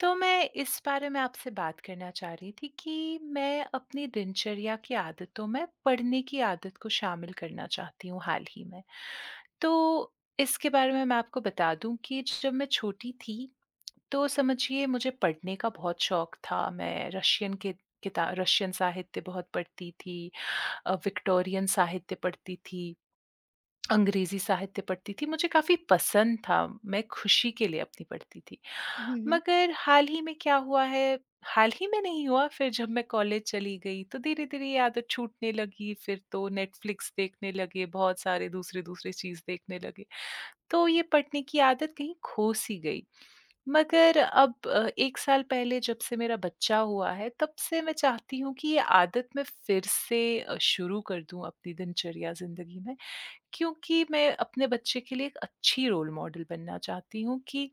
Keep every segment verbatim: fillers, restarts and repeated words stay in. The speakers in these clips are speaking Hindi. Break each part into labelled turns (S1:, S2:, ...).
S1: तो मैं इस बारे में आपसे बात करना चाह रही थी कि मैं अपनी दिनचर्या की आदतों में पढ़ने की आदत को शामिल करना चाहती हूँ हाल ही में। तो इसके बारे में मैं आपको बता दूँ कि जब मैं छोटी थी, तो समझिए मुझे पढ़ने का बहुत शौक था। मैं रशियन के किता रशियन साहित्य बहुत पढ़ती थी अ, विक्टोरियन साहित्य पढ़ती थी। अंग्रेज़ी साहित्य पढ़ती थी, मुझे काफ़ी पसंद था, मैं खुशी के लिए अपनी पढ़ती थी।
S2: हुँ, हुँ।
S1: मगर हाल ही में क्या हुआ है, हाल ही में नहीं हुआ फिर जब मैं कॉलेज चली गई तो धीरे-धीरे ये आदत छूटने लगी, फिर तो नेटफ्लिक्स देखने लगे, बहुत सारे दूसरे-दूसरे चीज़ देखने लगे। तो ये पढ़ने की आदत कहीं खो-सी गई। मगर अब अ, एक साल पहले जब से मेरा बच्चा हुआ है, तब से मैं चाहती हूँ कि ये आदत मैं फिर से अ, शुरू कर दूँ अपनी दिनचर्या ज़िंदगी में। क्योंकि मैं अपने बच्चे के लिए एक अच्छी रोल मॉडल बनना चाहती हूँ कि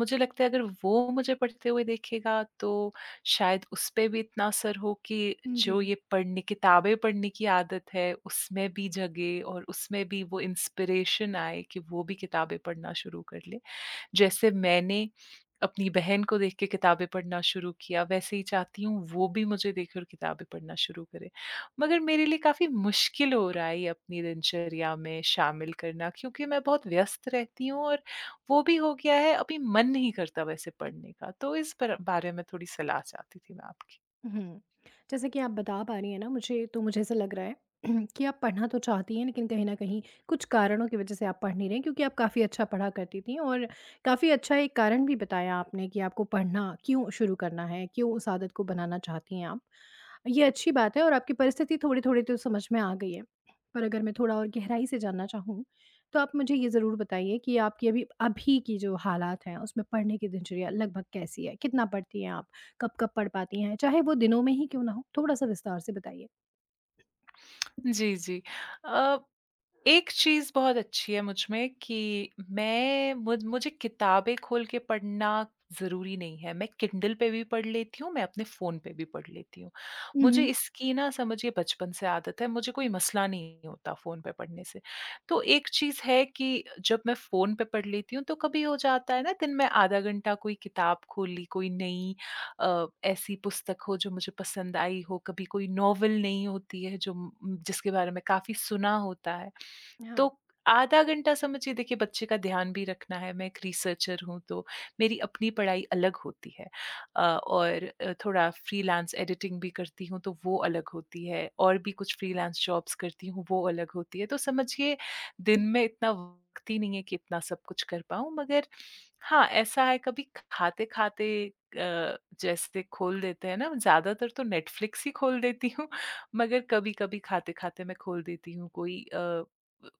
S1: मुझे लगता है अगर वो मुझे पढ़ते हुए देखेगा तो शायद उस पे भी इतना असर हो कि
S2: जी।
S1: जो ये पढ़ने किताबें पढ़ने की आदत है उसमें भी जगे और उसमें भी वो इंस्पिरेशन आए कि वो भी किताबें पढ़ना शुरू कर ले। जैसे मैंने अपनी बहन को देख के किताबें पढ़ना शुरू किया, वैसे ही चाहती हूँ वो भी मुझे देखकर किताबें पढ़ना शुरू करे। मगर मेरे लिए काफ़ी मुश्किल हो रहा है ये अपनी दिनचर्या में शामिल करना क्योंकि मैं बहुत व्यस्त रहती हूँ और वो भी हो गया है, अभी मन नहीं करता वैसे पढ़ने का। तो इस पर बारे में थोड़ी सलाह चाहती थी मैं आपकी।
S2: हुँ। जैसे कि आप बता पा रही हैं ना मुझे, तो मुझे ऐसा लग रहा है कि आप पढ़ना तो चाहती हैं, लेकिन कहीं न कहीं कुछ कारणों की वजह से आप पढ़ नहीं रहीं, क्योंकि आप काफ़ी अच्छा पढ़ा करती थीं और काफ़ी अच्छा एक कारण भी बताया आपने कि आपको पढ़ना क्यों शुरू करना है, क्यों उस आदत को बनाना चाहती हैं आप। ये अच्छी बात है और आपकी परिस्थिति थोड़ी-थोड़ी तो समझ में आ गई है। पर अगर मैं थोड़ा और गहराई से जानना चाहूँ, तो आप मुझे ये ज़रूर बताइए कि आपकी अभी अभी की जो हालात हैं, उसमें पढ़ने की दिनचर्या लगभग कैसी है? कितना पढ़ती हैं आप? कब-कब पढ़ पाती हैं? चाहे वो दिनों में ही क्यों ना हो, थोड़ा-सा विस्तार से बताइए।
S1: जी, जी। अ, एक चीज़ बहुत अच्छी है मुझ में कि मैं मुझ मुझे किताबें खोल के पढ़ना ज़रूरी नहीं है। मैं किंडल पे भी पढ़ लेती हूँ, मैं अपने फ़ोन पे भी पढ़ लेती हूँ।
S2: हुँ,
S1: मुझे
S2: हुँ।
S1: इसकी ना समझिए बचपन से आदत है, मुझे कोई मसला नहीं होता फ़ोन पे पढ़ने से। तो एक चीज़ है कि जब मैं फ़ोन पे पढ़ लेती हूँ, तो कभी हो जाता है ना दिन में आधा घंटा कोई किताब खोल ली, कोई नई अ, ऐसी पुस्तक हो जो मुझे पसंद आई हो, कभी कोई नॉवल नहीं होती है जो उम, जिसके बारे में काफ़ी सुना होता है।
S2: हाँ।
S1: तो आधा घंटा समझिए देखिए बच्चे का ध्यान भी रखना है, मैं एक रिसर्चर हूँ तो मेरी अपनी पढ़ाई अलग होती है अ, और अ, थोड़ा फ्रीलांस एडिटिंग भी करती हूँ तो वो अलग होती है और भी कुछ फ्रीलांस जॉब्स करती हूँ, वो अलग होती है। तो समझिए दिन में इतना वक़्त ही नहीं है कि इतना सब कुछ कर पाऊँ मगर हाँ, ऐसा है कभी खाते-खाते अ, जैसे खोल देते हैं ना, ज़्यादातर तो नेटफ्लिक्स ही खोल देती हूँ, मगर कभी-कभी खाते-खाते मैं खोल देती हूँ कोई अ,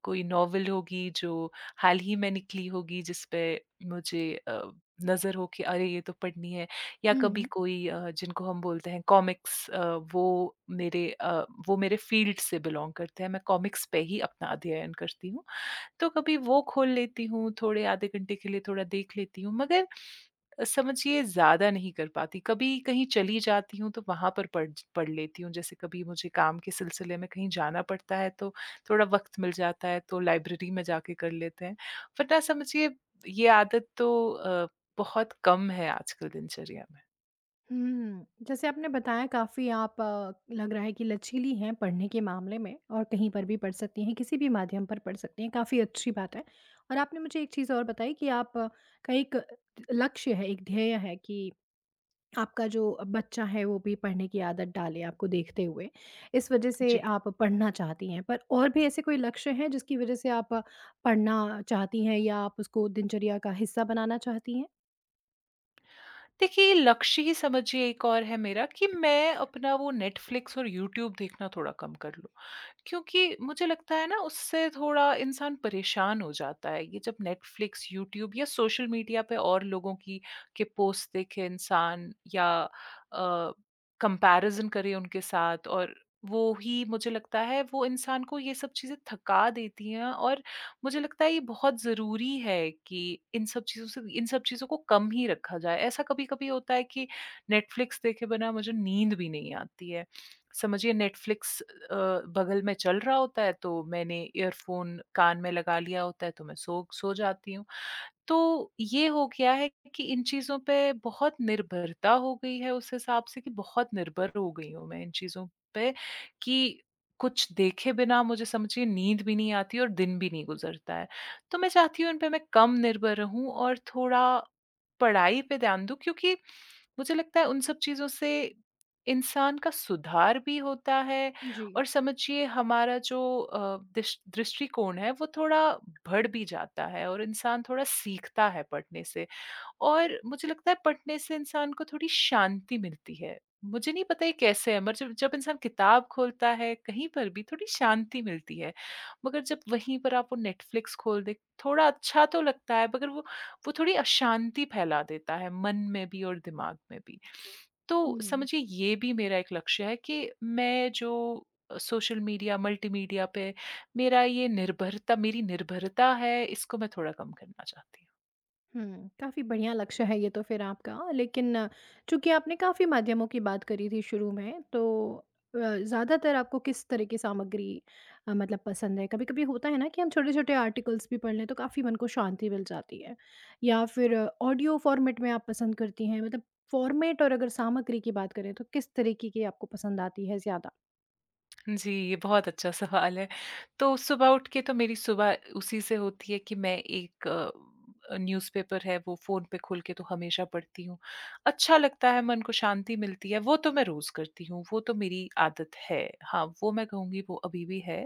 S1: कोई नॉवल होगी जो हाल ही में निकली होगी जिस पे मुझे अ, नज़र हो कि अरे ये तो पढ़नी है या
S2: हुँ,
S1: कभी
S2: हुँ।
S1: कोई अ, जिनको हम बोलते हैं कॉमिक्स अ, वो मेरे अ, वो मेरे फ़ील्ड से बिलॉन्ग करते हैं, मैं कॉमिक्स पे ही अपना अध्ययन करती हूँ। तो कभी वो खोल लेती हूँ, थोड़े आधे घंटे के लिए थोड़ा देख लेती हूँ, मगर समझिए ज़्यादा नहीं कर पाती। कभी कहीं चली जाती हूँ, तो वहाँ पर पढ़ ज पढ़ लेती हूँ। जैसे कभी मुझे काम के सिलसिले में कहीं जाना पड़ता है, तो थोड़ा वक़्त मिल जाता है, तो लाइब्रेरी में जाके कर लेते हैं। वरना समझिए ये आदत तो अ, बहुत कम है आजकल दिनचर्या में।
S2: हुँ, जैसे आपने बताया काफ़ी आप अ, लग रहा है कि लचीली हैं पढ़ने के मामले में और कहीं पर भी पढ़ सकती हैं, किसी भी माध्यम पर पढ़ सकती हैं, काफ़ी अच्छी बात है। और आपने मुझे एक चीज़ और बताई कि आप अ, का एक लक्ष्य है, एक ध्येय है कि आपका जो बच्चा है वो भी पढ़ने की आदत डाले आपको देखते हुए, इस वजह से
S1: जी।
S2: आप पढ़ना चाहती हैं। पर और भी ऐसे कोई लक्ष्य हैं जिसकी वजह से आप पढ़ना चाहती हैं या आप उसको दिनचर्या का हिस्सा बनाना चाहती हैं?
S1: देखिए, लक्ष्य ही समझिए एक और है मेरा कि मैं अपना वो नेटफ्लिक्स और यूट्यूब देखना थोड़ा कम कर लूँ। क्योंकि मुझे लगता है ना उससे थोड़ा इंसान परेशान हो जाता है। ये जब नेटफ्लिक्स, यूट्यूब या सोशल मीडिया पे और लोगों की के पोस्ट देखे इंसान या अ, कंपैरिज़न करे उनके साथ और वो ही मुझे लगता है वो इंसान को ये सब चीज़ें थका देती हैं और मुझे लगता है ये बहुत ज़रूरी है कि इन सब चीज़ों से इन सब चीज़ों को कम ही रखा जाए। ऐसा कभी-कभी होता है कि नेटफ्लिक्स देखे बिना मुझे नींद भी नहीं आती है। समझिए नेटफ्लिक्स अ, बगल में चल रहा होता है तो मैंने ईयरफ़ोन कान में लगा लिया होता है तो मैं सो सो जाती हूँ। तो ये हो गया है कि इन चीज़ों पे बहुत निर्भरता हो गई है उस हिसाब से कि बहुत निर्भर हो गई हूँ मैं इन चीज़ों पे कि कुछ देखे बिना मुझे समझिए नींद भी नहीं आती और दिन भी नहीं गुज़रता है। तो मैं चाहती हूँ इन पे मैं कम निर्भर रहूँ और थोड़ा पढ़ाई पे ध्यान दूँ क्योंकि मुझे लगता है उन सब चीज़ों से इंसान का सुधार भी होता है
S2: जी।
S1: और समझिए हमारा जो अ, दिश- दृष्टिकोण है वो थोड़ा बढ़ भी जाता है और इंसान थोड़ा सीखता है पढ़ने से। और मुझे लगता है पढ़ने से इंसान को थोड़ी शांति मिलती है। मुझे नहीं पता ये कैसे है मगर जब जब इंसान किताब खोलता है कहीं पर भी थोड़ी शांति मिलती है। मगर जब वहीं पर आप वो नेटफ्लिक्स खोल दे थोड़ा अच्छा तो लगता है मगर वो वो थोड़ी अशांति फैला देता है मन में भी और दिमाग में भी। तो समझिए ये भी मेरा एक लक्ष्य है कि मैं जो अ, सोशल मीडिया, मल्टीमीडिया पे मेरा ये निर्भरता मेरी निर्भरता है, इसको मैं थोड़ा कम करना चाहती
S2: हुँ, काफ़ी बढ़िया लक्ष्य है ये तो फिर आपका। लेकिन चूँकि आपने काफ़ी माध्यमों की बात करी थी शुरू में, तो अ, ज़्यादातर आपको किस तरह की सामग्री अ, मतलब पसंद है? कभी-कभी होता है ना कि हम छोटे-छोटे आर्टिकल्स भी पढ़ लें तो काफ़ी मन को शांति मिल जाती है। या फिर ऑडियो फ़ॉर्मेट में आप पसंद करती हैं, मतलब फ़ॉर्मेट, और अगर सामग्री की बात करें तो किस तरीके की आपको पसंद आती है ज़्यादा?
S1: हूँ। जी, ये बहुत अच्छा सवाल है। तो सुबह उठ के तो मेरी सुबह उसी से होती है कि मैं एक अ, न्यूज़पेपर है वो फ़ोन पे खोल के तो हमेशा पढ़ती हूँ। अच्छा लगता है, मन को शांति मिलती है, वो तो मैं रोज़ करती हूँ, वो तो मेरी आदत है। हाँ, वो मैं कहूँगी वो अभी भी है।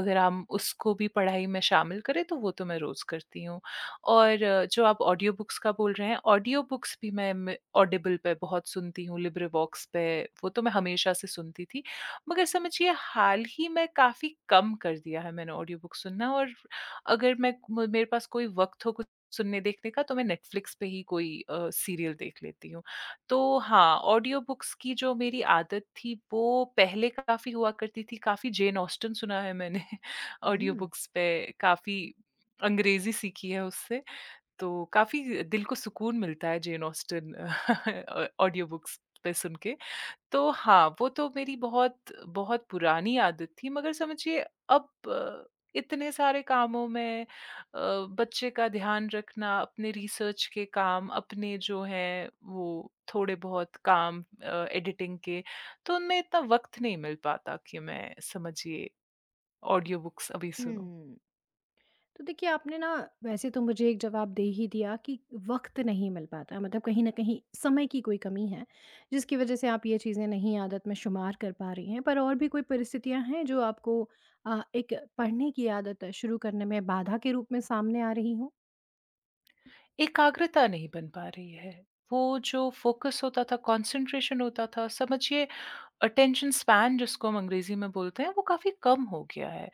S1: अगर हम उसको भी पढ़ाई में शामिल करें तो वो तो मैं रोज़ करती हूँ। और अ, जो आप ऑडियो बुक्स का बोल रहे हैं, ऑडियो बुक्स भी मैं मैं ऑडिबल पे बहुत सुनती हूँ, लिब्रे वॉक्स पे, वो तो मैं हमेशा से सुनती थी। मगर समझिए हाल ही में काफ़ी कम कर दिया है मैंने ऑडियो बुक सुनना और अगर मैं म मेरे पास कोई वक़्त हो कुछ सुनने देखने का तो मैं नेटफ्लिक्स पे ही कोई अ, सीरियल देख लेती हूँ। तो हाँ, ऑडियो बुक्स की जो मेरी आदत थी वो पहले काफ़ी हुआ करती थी, काफ़ी जेन ऑस्टन सुना है मैंने ऑडियो
S2: हुँ,
S1: बुक्स पे, काफ़ी अंग्रेज़ी सीखी है उससे, तो काफ़ी दिल को सुकून मिलता है जेन ऑस्टन ऑ ऑडियो बुक्स पे सुन के। तो हाँ, वो तो मेरी बहुत बहुत पुरानी आदत थी मगर समझिए अब अ, इतने सारे कामों में अ, बच्चे का ध्यान रखना, अपने रिसर्च के काम, अपने जो हैं वो थोड़े बहुत काम अ, एडिटिंग के, तो उनमें इतना वक़्त नहीं मिल पाता कि मैं समझिए ऑडियो बुक्स अभी सुनूँ।
S2: हुँ। तो देखिए आपने ना वैसे तो मुझे एक जवाब दे ही दिया कि वक्त नहीं मिल पाता, मतलब कहीं ना कहीं समय की कोई कमी है जिसकी वजह से आप ये चीज़ें नहीं आदत में शुमार कर पा रही हैं। पर और भी कोई परिस्थितियां हैं जो आपको आ, एक पढ़ने की आदत शुरू करने में बाधा के रूप में सामने आ रही
S1: एकाग्रता नहीं बन पा रही है। वो जो फ़ोकस होता था, कॉन्सन्ट्रेशन होता था, समझिए अटेंशन स्पैन जिसको हम अंग्रेज़ी में बोलते हैं, वो काफ़ी कम हो गया है।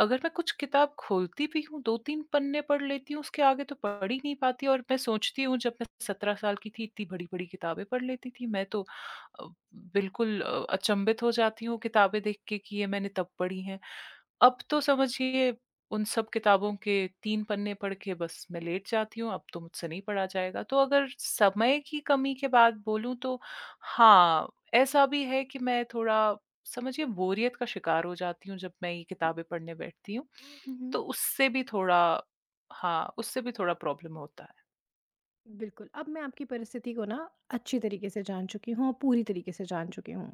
S1: अगर मैं कुछ किताब खोलती भी हूँ, दो तीन पन्ने पढ़ लेती हूँ, उसके आगे तो पढ़ ही नहीं पाती और मैं सोचती हूँ जब मैं सत्रह साल की थी इतनी बड़ी-बड़ी किताबें पढ़ लेती थी। मैं
S2: हों।
S1: तो अ, बिल्कुल अ, अचंभित हो जाती हूँ किताबें देख के कि ये मैंने तब पढ़ी हैं। अब तो समझिए उन सब किताबों के तीन पन्ने पढ़ के बस मैं लेट जाती हूँ, अब तो मुझसे नहीं पढ़ा जाएगा। तो अगर समय की कमी के बात बोलूँ तो हाँ, ऐसा भी है कि मैं थोड़ा समझिए बोरियत का शिकार हो जाती हूँ जब मैं ये किताबें पढ़ने बैठती हूँ। तो उससे भी थोड़ा हाँ, उससे भी थोड़ा प्रॉब्लम होता है।
S2: बिल्कुल, अब मैं आपकी परिस्थिति को ना अच्छी तरीके से जान चुकी हूँ और पूरी तरीके से जान चुकी हूँ।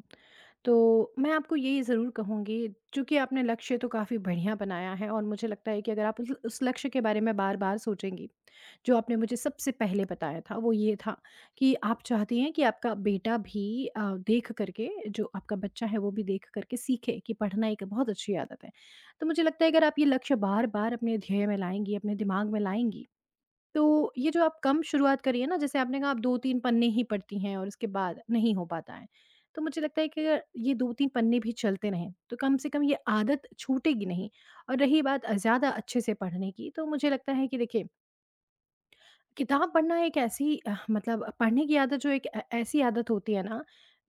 S2: तो मैं आपको ये ज़रूर कहूँगी, चूँकि आपने लक्ष्य तो काफ़ी बढ़िया बनाया है और मुझे लगता है कि अगर आप उस उस लक्ष्य के बारे में बार-बार सोचेंगी, जो आपने मुझे सबसे पहले बताया था, वो ये था कि आप चाहती हैं कि आपका बेटा भी अ, देख कर के, जो आपका बच्चा है, वो भी देख कर के सीखे कि पढ़ना एक बहुत अच्छी आदत है। तो मुझे लगता है अगर आप ये लक्ष्य बार-बार अपने ध्येय में लाएँगी, अपने दिमाग में लाएँगी, तो ये जो आप कम शुरुआत करी है ना, जैसे आपने कहा आप दो तीन पन्ने ही पढ़ती हैं और उसके बाद नहीं हो पाता है। तो मुझे लगता है कि अगर ये दो तीन पन्ने भी चलते रहें, तो कम से कम ये आदत छूटेगी नहीं। और रही बात अ, ज़्यादा अच्छे से पढ़ने की, तो मुझे लगता है कि देखिए किताब पढ़ना एक ऐसी अ, मतलब पढ़ने की आदत, जो एक ऐ- ऐसी आदत होती है ना,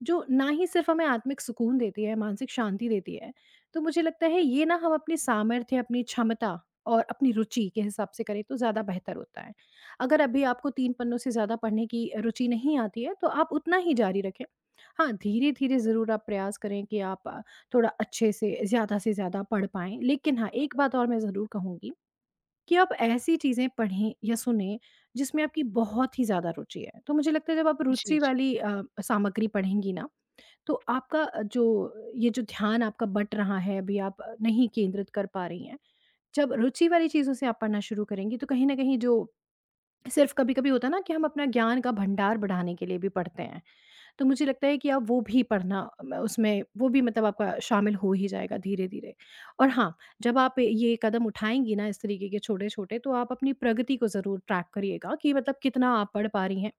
S2: जो ना ही सिर्फ हमें आत्मिक सुकून देती है, मानसिक शांति देती है। तो मुझे लगता है ये ना हम अपनी सामर्थ्य, अपनी क्षमता और अपनी रुचि के हिसाब से करें तो ज़्यादा बेहतर होता है। अगर अभी आपको तीन पन्नों से ज़्यादा पढ़ने की रुचि नहीं आती है तो आप उतना ही जारी रखें। हाँ, धीरे धीरे ज़रूर आप प्रयास करें कि आप अ, थोड़ा अच्छे से ज़्यादा से ज़्यादा पढ़ पाएं। लेकिन हाँ, एक बात और मैं ज़रूर कहूँगी कि आप ऐसी चीज़ें पढ़ें या सुनें जिसमें आपकी बहुत ही ज़्यादा रुचि है। तो मुझे लगता है जब आप
S1: जी,
S2: रुचि
S1: जी।
S2: वाली अ, सामग्री पढ़ेंगी ना, तो आपका जो ये जो ध्यान आपका बँट रहा है, अभी आप नहीं केंद्रित कर पा रही हैं, जब रुचि वाली चीज़ों से आप पढ़ना शुरू करेंगी तो कहीं न कहीं जो सिर्फ़ कभी-कभी होता है ना कि हम अपना ज्ञान का भंडार बढ़ाने के लिए भी पढ़ते हैं। तो मुझे लगता है कि आप वो भी पढ़ना म उसमें वो भी मतलब आपका शामिल हो ही जाएगा धीरे-धीरे। और हाँ, जब आप ये कदम उठाएँगी ना इस तरीके के छोटे-छोटे, तो आप अपनी प्रगति को ज़रूर ट्रैक करिएगा कि मतलब कितना आप पढ़ पा रही हैं,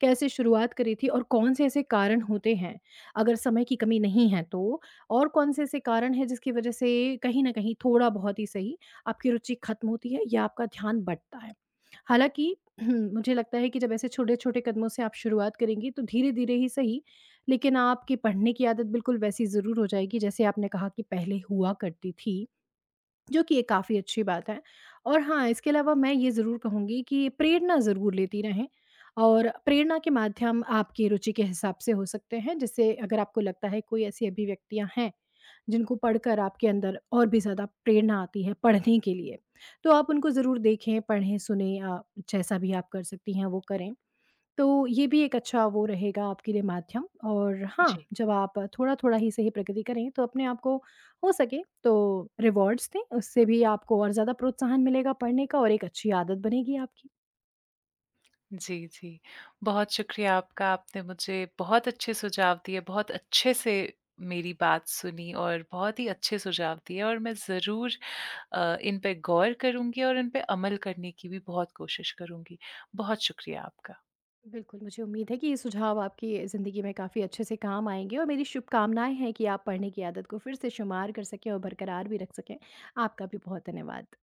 S2: कैसे शुरुआत करी थी और कौन-से ऐसे कारण होते हैं। अगर समय की कमी नहीं है तो और कौन-से ऐसे कारण हैं जिसकी वजह से कहीं न कहीं थोड़ा बहुत ही सही आपकी रुचि खत्म होती है या आपका ध्यान बँटता है। हालाँकि मुझे लगता है कि जब ऐसे छोटे-छोटे कदमों से आप शुरुआत करेंगी तो धीरे-धीरे ही सही, लेकिन आपकी पढ़ने की आदत बिल्कुल वैसी ज़रूर हो जाएगी जैसे आपने कहा कि पहले हुआ करती थी। जो कि ये काफ़ी अच्छी बात है। और हाँ, इसके अलावा मैं ये ज़रूर कहूँगी कि प्रेरणा ज़रूर लेती रहें। और प्रेरणा के माध्यम आपकी रुचि के हिसाब से हो सकते हैं। जैसे अगर आपको लगता है कोई ऐसी अभिव्यक्तियाँ हैं जिनको पढ़कर आपके अंदर और भी ज़्यादा प्रेरणा आती है पढ़ने के लिए, तो आप उनको ज़रूर देखें, पढ़ें, सुनें अ, जैसा भी आप कर सकती हैं वो करें। तो ये भी एक अच्छा वो रहेगा आपके लिए माध्यम। और हाँ,
S1: जी।
S2: जब आप थोड़ा-थोड़ा ही सही प्रगति करें, तो अपने आप को हो सके तो रिवॉर्ड्स दें, उससे भी आपको और ज़्यादा प्रोत्साहन मिलेगा पढ़ने का और एक अच्छी आदत बनेगी आपकी।
S1: जी, जी। बहुत शुक्रिया आपका, आपने मुझे बहुत अच्छे सुझाव दिए, बहुत अच्छे से मेरी बात सुनी और बहुत ही अच्छे सुझाव दिए और मैं ज़रूर अ, इन पे गौर करूँगी और इन पे अमल करने की भी बहुत कोशिश करूँगी। बहुत शुक्रिया आपका।
S2: बिल्कुल, मुझे उम्मीद है कि ये सुझाव आपकी ज़िंदगी में काफ़ी अच्छे से काम आएँगे और मेरी शुभकामनाएँ हैं कि आप पढ़ने की आदत को फिर से शुमार कर सकें और बरकरार भी रख सकें। आपका भी बहुत धन्यवाद।